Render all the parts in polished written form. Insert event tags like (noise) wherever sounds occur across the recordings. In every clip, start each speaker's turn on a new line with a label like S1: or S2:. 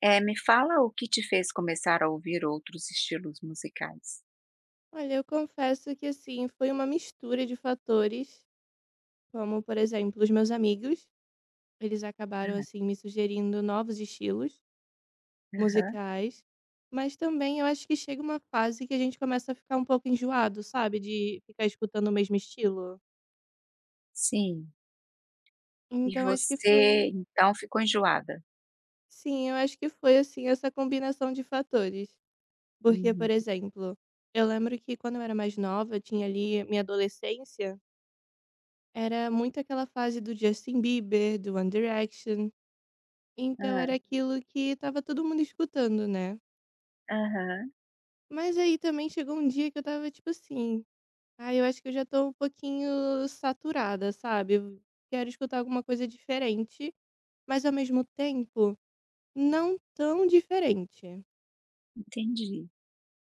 S1: Me fala o que te fez começar a ouvir outros estilos musicais.
S2: Olha, eu confesso que assim, foi uma mistura de fatores, como por exemplo, os meus amigos, eles acabaram
S1: Hã,
S2: assim me sugerindo novos estilos
S1: aham,
S2: musicais, mas também eu acho que chega uma fase que a gente começa a ficar um pouco enjoado, sabe, de ficar escutando o mesmo estilo.
S1: sim. E
S2: Então acho que foi,
S1: você, então, ficou enjoada?
S2: sim, eu acho que foi assim essa combinação de fatores, porque
S1: Uhum.
S2: por exemplo, eu lembro que quando eu era mais nova, eu tinha ali minha adolescência, era muito aquela fase do Justin Bieber, do One Direction. Então
S1: Hã,
S2: era aquilo que tava todo mundo escutando, né?
S1: aham,
S2: Mas aí também chegou um dia que eu tava tipo assim: ah, eu acho que eu já tô um pouquinho saturada, sabe? Eu quero escutar alguma coisa diferente, mas ao mesmo tempo não tão diferente.
S1: entendi.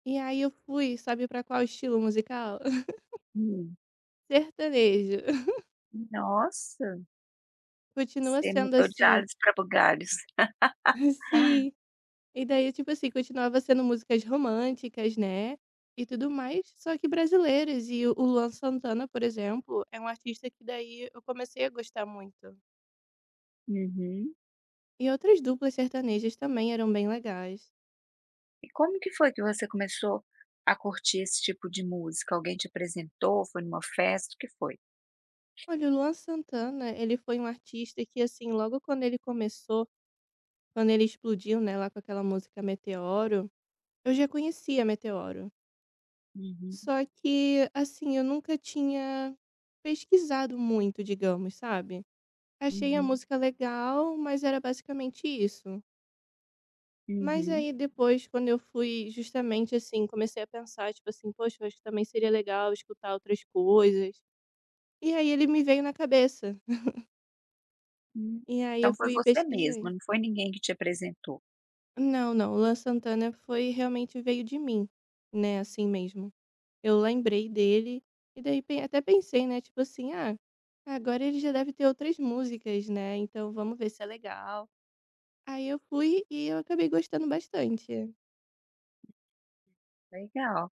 S2: E aí eu fui, sabe pra qual estilo musical? (laughs)
S1: Hum.
S2: Sertanejo. (laughs)
S1: Nossa,
S2: Continua
S1: você
S2: sendo
S1: mudou de
S2: assim.
S1: alhos para bugalhos.
S2: (laughs) Sim. E daí, tipo assim, continuava sendo músicas românticas, né, e tudo mais, só que brasileiras. E o Luan Santana, por exemplo, é um artista que daí eu comecei a gostar muito.
S1: Uhum.
S2: E outras duplas sertanejas também eram bem legais.
S1: E como que foi que você começou a curtir esse tipo de música? Alguém te apresentou? Foi numa festa? O que foi?
S2: Olha, o Luan Santana, ele foi um artista que, assim, logo quando ele começou, quando ele explodiu, né, lá com aquela música Meteoro, eu já conhecia Meteoro.
S1: Uhum,
S2: Só que, assim, eu nunca tinha pesquisado muito, digamos, sabe? Achei a
S1: uhum,
S2: música legal, mas era basicamente isso. Mas
S1: uhum.
S2: aí depois, quando eu fui justamente assim, comecei a pensar, tipo assim, poxa, eu acho que também seria legal escutar outras coisas. E aí ele me veio na cabeça.
S1: Hum.
S2: E aí
S1: Então
S2: eu
S1: foi
S2: fui e
S1: você mesma,
S2: pesquisei.
S1: não foi ninguém que te apresentou.
S2: Não, não, o Luan Santana foi realmente veio de mim, né? Assim mesmo. Eu lembrei dele, e daí até pensei, né? Tipo assim, ah, agora ele já deve ter outras músicas, né? Então vamos ver se é legal. Aí eu fui e eu acabei gostando bastante.
S1: Legal.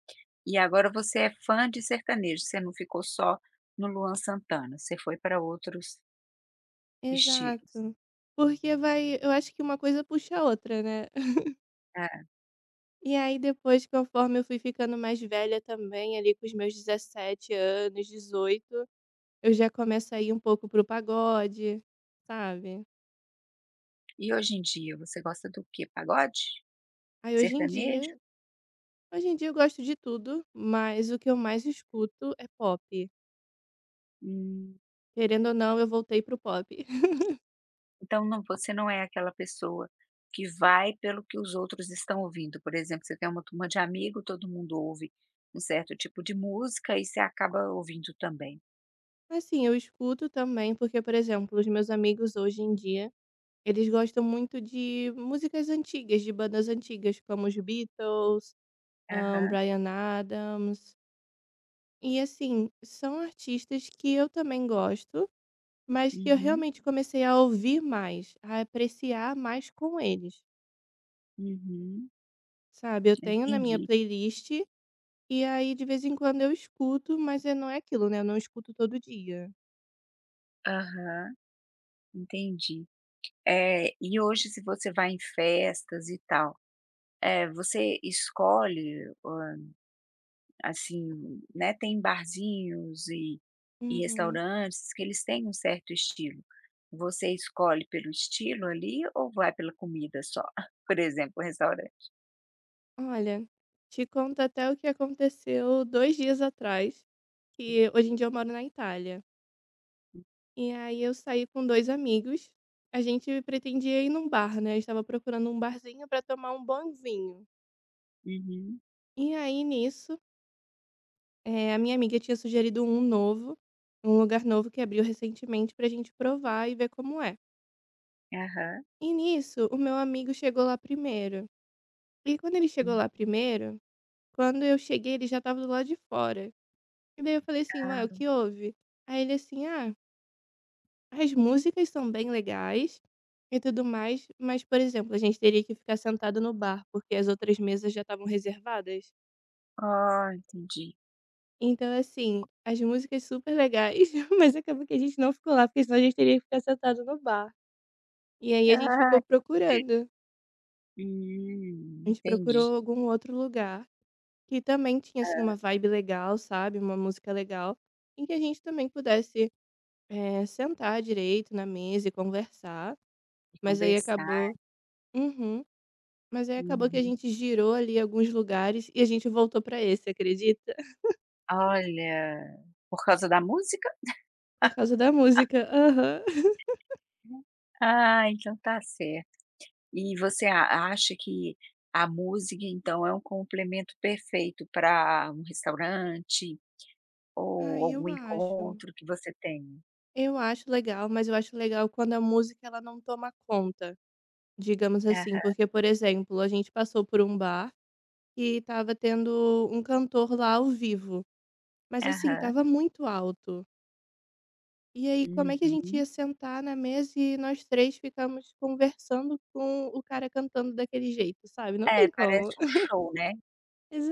S1: E agora você é fã de sertanejo, você não ficou só no Luan Santana, você foi para outros estilos.
S2: Exato. Porque vai eu acho que uma coisa puxa a outra, né. (laughs)
S1: É.
S2: E aí depois, conforme eu fui ficando mais velha também, ali com os meus 17 anos, 18, eu já começo a ir um pouco pro pagode, sabe.
S1: E hoje em dia você gosta do quê? Pagode?
S2: Aí hoje em dia
S1: Sertanejo?
S2: eu gosto de tudo, mas o que eu mais escuto é pop.
S1: Hum,
S2: Querendo ou não, eu voltei pro pop. (laughs)
S1: então você não é aquela pessoa que vai pelo que os outros estão ouvindo. Por exemplo, você tem uma turma de amigo, todo mundo ouve um certo tipo de música e você acaba ouvindo também.
S2: Assim, eu escuto também porque, por exemplo, os meus amigos hoje em dia eles gostam muito de músicas antigas, de bandas antigas, como os Beatles,
S1: Aham.
S2: Bryan Adams. E assim, são artistas que eu também gosto, mas que eu
S1: Uhum.
S2: realmente comecei a ouvir mais, a apreciar mais com eles,
S1: Uhum.
S2: sabe. Eu tenho na minha
S1: Entendi.
S2: playlist, e aí de vez em quando eu escuto, mas não é aquilo, né, eu não escuto todo dia.
S1: Aham. Entendi. E hoje se você vai em festas e tal, você escolhe, assim, né, tem barzinhos e
S2: Uhum.
S1: restaurantes que eles têm um certo estilo. Você escolhe pelo estilo ali ou vai pela comida só? (laughs) Por exemplo, o restaurante.
S2: Olha, te conto até o que aconteceu 2 dias atrás, que hoje em dia eu moro na Itália. E aí eu saí com 2 amigos. A gente pretendia ir num bar, né, eu estava procurando um barzinho para tomar um bom vinho.
S1: Uhum.
S2: E aí nisso, a minha amiga tinha sugerido um novo, um lugar novo que abriu recentemente pra gente provar e ver como é.
S1: Aham.
S2: E nisso, o meu amigo chegou lá primeiro. E quando ele chegou
S1: Hum,
S2: lá primeiro, quando eu cheguei ele já estava do lado de fora. E daí eu falei assim: "Ué, o
S1: tá.
S2: que houve?" Aí ele assim: "Ah, as músicas são bem legais e tudo mais, mas, por exemplo, a gente teria que ficar sentado no bar, porque as outras mesas já estavam reservadas."
S1: Oh, entendi.
S2: Então, assim, as músicas super legais, (laughs) mas acabou que a gente não ficou lá, porque senão a gente teria que ficar sentado no bar. E aí a gente
S1: Ah,
S2: ficou
S1: ente
S2: procurando. A gente
S1: entendi.
S2: procurou algum outro lugar que também tinha, assim, uma
S1: Hã,
S2: vibe legal, sabe? Uma música legal, em que a gente também pudesse sentar direito na mesa e conversar.
S1: e
S2: Mas aí
S1: conversar.
S2: acabou. Uhum. Mas aí acabou que a
S1: Uhum.
S2: gente girou ali alguns lugares e a gente voltou pra esse, acredita? (laughs)
S1: Olha, por causa da música?
S2: Por causa da música. Aham.
S1: Ah, então tá certo. E você a acha que a música, então, é um complemento perfeito para um restaurante ou
S2: Ai,
S1: algum
S2: eu acho.
S1: encontro que você tem?
S2: Eu acho legal, mas eu acho legal quando a música ela não toma conta, digamos assim.
S1: Aham,
S2: Porque, por exemplo, a gente passou por um bar e tava tendo um cantor lá ao vivo. Mas assim,
S1: aham.
S2: tava muito alto. E aí, como é que a gente
S1: Uhum.
S2: ia sentar na mesa e nós três ficamos conversando com o cara cantando daquele jeito, sabe? Não
S1: É,
S2: tem
S1: parece
S2: como.
S1: um
S2: (laughs)
S1: show, né,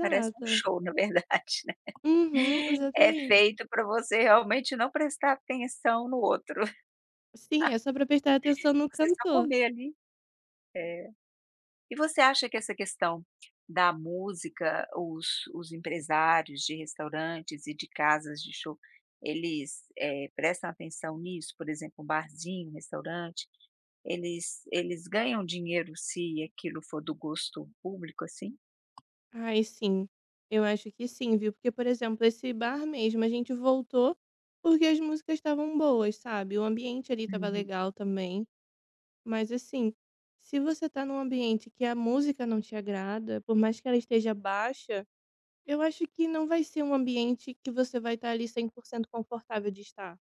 S1: parece um show, na verdade, né.
S2: Uhum,
S1: (laughs) É
S2: exatamente.
S1: feito para você realmente não prestar atenção no outro, (laughs)
S2: Sim, é só pra prestar atenção no
S1: você só
S2: cantor.
S1: comer ali. É. E você acha que essa questão da música, os empresários de restaurantes e de casas de show, eles, prestam atenção nisso? Por exemplo, um barzinho, um restaurante, eles ganham dinheiro se aquilo for do gosto público, assim?
S2: Ai, sim. Eu acho que sim, viu? Porque, por exemplo, esse bar mesmo, a gente voltou porque as músicas estavam boas, sabe? O ambiente ali estava
S1: Uhum,
S2: legal também. Mas, assim, se você tá num ambiente que a música não te agrada, por mais que ela esteja baixa, eu acho que não vai ser um ambiente que você vai estar ali 100% confortável de estar.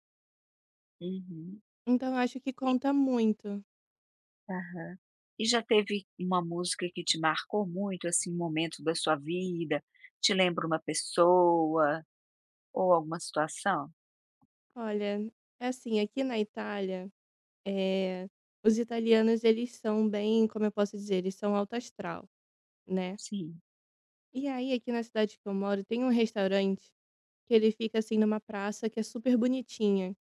S1: uhum.
S2: Então, eu acho que
S1: E
S2: conta muito.
S1: aham. E já teve uma música que te marcou muito, assim, um momento da sua vida? Te lembra uma pessoa ou alguma situação?
S2: Olha, é assim, aqui na Itália. Eh, os italianos eles são bem, como eu posso dizer, eles são alto astral, né.
S1: Sim.
S2: E aí aqui na cidade que eu moro tem um restaurante que ele fica, assim, numa praça que é super bonitinha,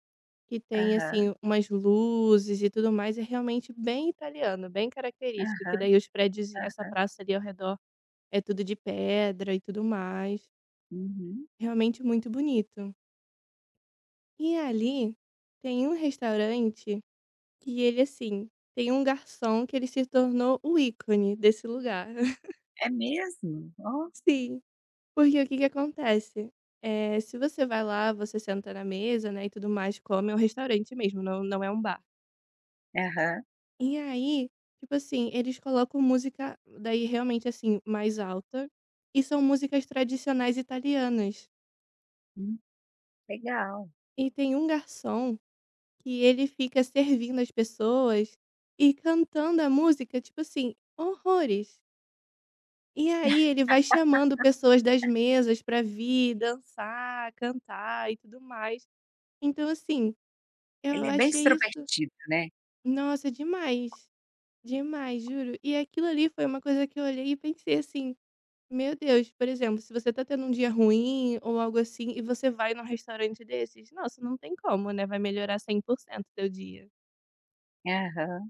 S2: que tem,
S1: Aham,
S2: assim, umas luzes e tudo mais, é realmente bem italiano, bem característico, que
S1: aham,
S2: daí os prédios e essa praça ali ao redor é tudo de pedra e tudo mais,
S1: Uhum.
S2: realmente muito bonito. E ali tem um restaurante. E ele, assim, tem um garçom que ele se tornou o ícone desse lugar. (laughs)
S1: É mesmo? Ó.
S2: Sim, porque o que que acontece? Se você vai lá, você senta na mesa, né, e tudo mais, come, é um restaurante mesmo, não não é um bar.
S1: Aham.
S2: E aí, tipo assim, eles colocam música daí realmente, assim, mais alta, e são músicas tradicionais italianas.
S1: Hum, legal.
S2: E tem um garçom que ele fica servindo as pessoas e cantando a música, tipo assim, horrores. E aí ele vai chamando pessoas das mesas para vir dançar, cantar e tudo mais. Então assim, eu
S1: Ele é bem
S2: achei isso
S1: extrovertido, né?
S2: nossa, demais, demais, juro. E aquilo ali foi uma coisa que eu olhei e pensei assim: "Meu Deus", por exemplo, se você tá tendo um dia ruim ou algo assim e você vai num restaurante desses, nossa, não tem como, né, vai melhorar 100% teu dia.
S1: Aham.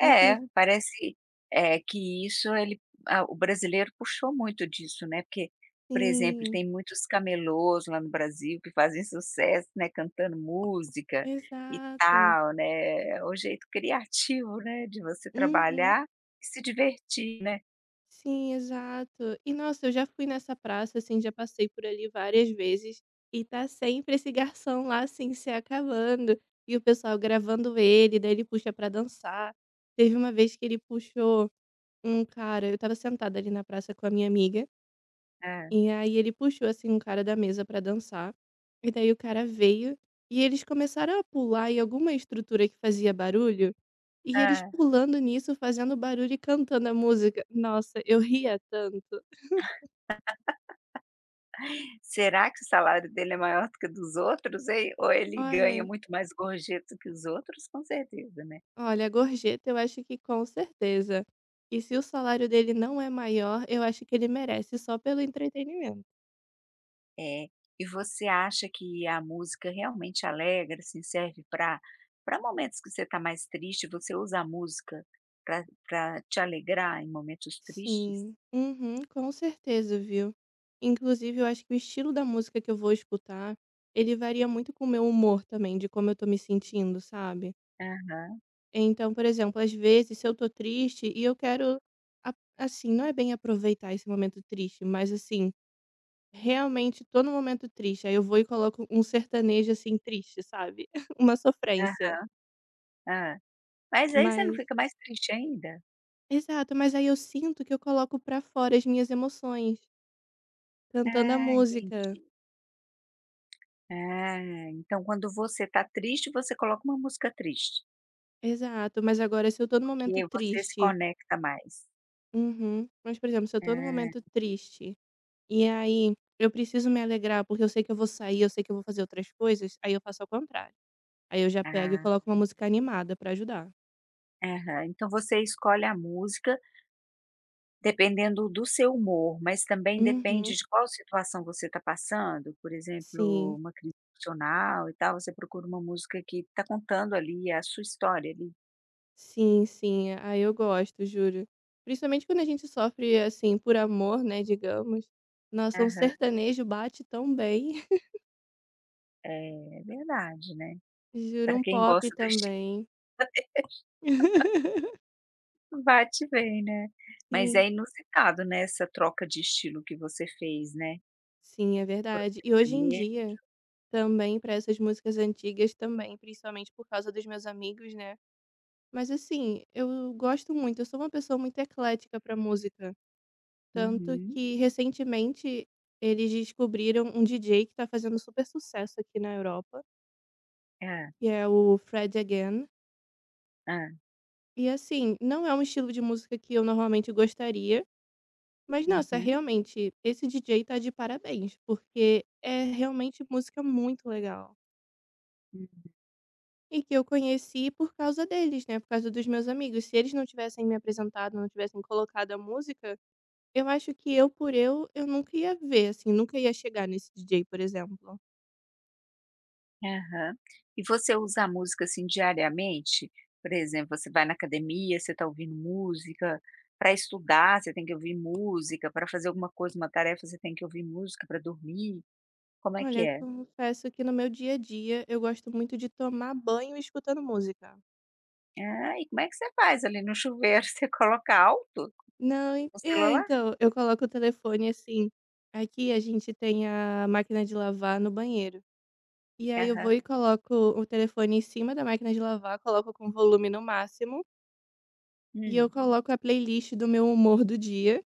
S2: E assim
S1: parece, eh, que isso ele ah, o brasileiro puxou muito disso, né, porque, por exemplo,
S2: sim,
S1: tem muitos camelôs lá no Brasil que fazem sucesso, né, cantando música e
S2: exato.
S1: tal, né, é o jeito criativo, né, de você
S2: Uhum.
S1: trabalhar e se divertir, né?
S2: Sim, exato. E nossa, eu já fui nessa praça, assim, já passei por ali várias vezes e tá sempre esse garçom lá, assim, se acabando e o pessoal gravando ele, daí ele puxa pra dançar. Teve uma vez que ele puxou um cara, eu estava sentada ali na praça com a minha amiga,
S1: É.
S2: e aí ele puxou, assim, um cara da mesa pra dançar. E daí o cara veio e eles começaram a pular em alguma estrutura que fazia barulho. E eles
S1: Hã.
S2: pulando nisso, fazendo barulho e cantando a música. Nossa, eu ria tanto.
S1: Será que o salário dele é maior do que o dos outros, hein? Ou ele ganha
S2: Olha,
S1: muito mais gorjeta que os outros? Com certeza, né.
S2: olha, gorjeta eu acho que com certeza. E se o salário dele não é maior, eu acho que ele merece só pelo entretenimento.
S1: É. E você acha que a música realmente alegra, assim, serve para momentos que você está mais triste, você usa a música para te alegrar em momentos tristes?
S2: Sim, uhum, com certeza, viu? Inclusive, eu acho que o estilo da música que eu vou escutar, ele varia muito com o meu humor também, de como eu tô me sentindo, sabe?
S1: Aham,
S2: Então, por exemplo, às vezes, se eu tô triste e eu quero, assim, não é bem aproveitar esse momento triste, mas assim, realmente tô num momento triste, aí eu vou e coloco um sertanejo, assim, triste, sabe, (laughs) uma sofrência.
S1: aham, hã. Mas aí você não
S2: Mas
S1: fica mais triste ainda?
S2: exato, mas aí eu sinto que eu coloco pra fora as minhas emoções, cantando a
S1: Ah,
S2: música.
S1: entendi. Ah, então quando você está triste, você coloca uma música triste,
S2: Exato, mas agora se eu tô num momento
S1: porque você se
S2: triste,
S1: conecta mais.
S2: uhum. Mas, por exemplo, se eu tô num momento
S1: Ah,
S2: triste, e aí eu preciso me alegrar, porque eu sei que eu vou sair, eu sei que eu vou fazer outras coisas, aí eu faço ao contrário. Aí eu já pego e
S1: tá.
S2: coloco uma música animada pra ajudar.
S1: Aham. Então você escolhe a música dependendo do seu humor, mas também
S2: Uhum,
S1: depende de qual situação você está passando? Por exemplo,
S2: sim.
S1: uma crise emocional e tal, você procura uma música que está contando ali a sua história ali.
S2: Sim, sim. Ah, eu gosto, juro. Principalmente quando a gente sofre, assim, por amor, né, digamos. Nossa, um
S1: Aham.
S2: sertanejo bate tão bem. (laughs)
S1: É verdade, né.
S2: Juro,
S1: Para
S2: um
S1: quem
S2: pop
S1: gosta do estilo,
S2: também. (laughs)
S1: bate bem, né. Mas
S2: Sim,
S1: é inusitado, né, essa troca de estilo que você fez, né,
S2: sim, é
S1: por um
S2: verdade. E hoje em
S1: sertanejo.
S2: dia, também para essas músicas antigas também, principalmente por causa dos meus amigos, né. Mas assim, eu gosto muito, eu sou uma pessoa muito eclética para música, tanto
S1: Uhum.
S2: que recentemente eles descobriram um DJ que tá fazendo super sucesso aqui na Europa.
S1: Hã,
S2: Que é o Fred Again.
S1: hã.
S2: E assim, não é um estilo de música que eu normalmente gostaria, mas nossa,
S1: Uhum.
S2: realmente, esse DJ tá de parabéns, porque é realmente música muito legal. E que eu conheci por causa deles, né? Por causa dos meus amigos. Se eles não tivessem me apresentado, não tivessem colocado a música, eu acho que eu por eu nunca ia ver, assim, nunca ia chegar nesse DJ, por exemplo.
S1: Aham. E você usa a música, assim, diariamente? Por exemplo, você vai na academia, você está ouvindo música, para estudar você tem que ouvir música, para fazer alguma coisa, uma tarefa, você tem que ouvir música, para dormir, como é
S2: Olha,
S1: que
S2: eu
S1: é?
S2: confesso que no meu dia a dia eu gosto muito de tomar banho escutando música.
S1: Ah, e como é que você faz ali no chuveiro, (laughs) você coloca alto
S2: Não, en
S1: no
S2: é,
S1: celular?
S2: então, eu coloco o telefone assim, aqui a gente tem a máquina de lavar no banheiro. E aí eu vou
S1: Aham.
S2: e coloco o telefone em cima da máquina de lavar, coloco com volume no máximo, e eu
S1: Hum.
S2: coloco a playlist do meu humor do dia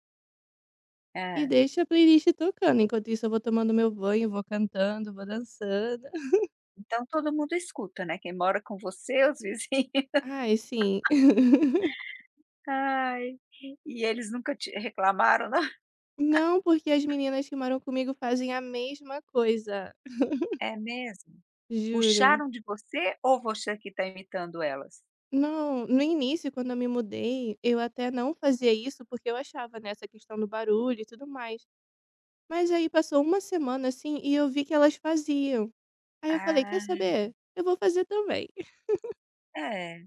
S2: e
S1: Hã.
S2: deixo a playlist tocando. Enquanto isso eu vou tomando meu banho, vou cantando, vou dançando. (laughs)
S1: Então todo mundo escuta, né, quem mora com você, os vizinhos. (laughs)
S2: Ai, sim. (laughs)
S1: Ai, e eles nunca te reclamaram não?
S2: Não, porque as meninas que moram comigo fazem a mesma coisa,
S1: É mesmo?
S2: juro.
S1: Puxaram de você ou você que está imitando elas?
S2: Não, no início, quando eu me mudei, eu até não fazia isso porque eu achava, nessa questão do barulho e tudo mais. Mas aí passou uma semana assim e eu vi que elas faziam. Aí eu falei: "Quer
S1: Ah,
S2: saber? Eu vou fazer também". (laughs)
S1: é.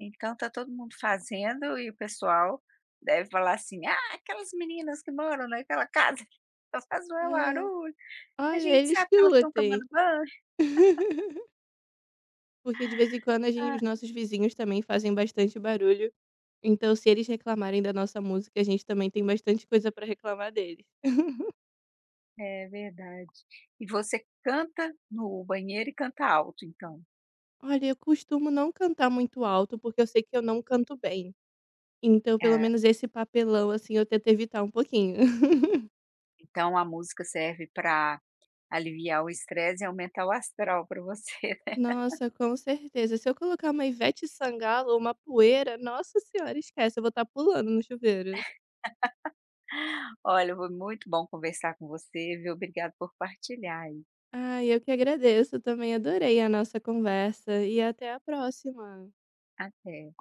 S1: Então tá todo mundo fazendo e o pessoal deve falar assim: "Ah, aquelas meninas que moram naquela casa (laughs) que só faz maior
S2: É,
S1: barulho, a
S2: olha,
S1: gente
S2: eles
S1: sabe
S2: que
S1: que elas estão
S2: lutem.
S1: tomando banho".
S2: (laughs) Porque de vez em quando a gente,
S1: Ah,
S2: os nossos vizinhos também fazem bastante barulho, então se eles reclamarem da nossa música, a gente também tem bastante coisa para reclamar deles.
S1: é verdade. E você canta no banheiro e canta alto então?
S2: Olha, eu costumo não cantar muito alto, porque eu sei que eu não canto bem. Então, pelo
S1: Ah,
S2: menos esse papelão, assim, eu tento evitar um pouquinho. (laughs)
S1: então a música serve para aliviar o estresse e aumentar o astral para você,
S2: Nossa, com certeza. Se eu colocar uma Ivete Sangalo ou uma poeira, nossa senhora, esquece, eu vou estar pulando no chuveiro.
S1: (laughs) Olha, foi muito bom conversar com você, viu. Obrigada por partilhar
S2: Ai, eu que agradeço, também adorei a nossa conversa e até a próxima.
S1: Até.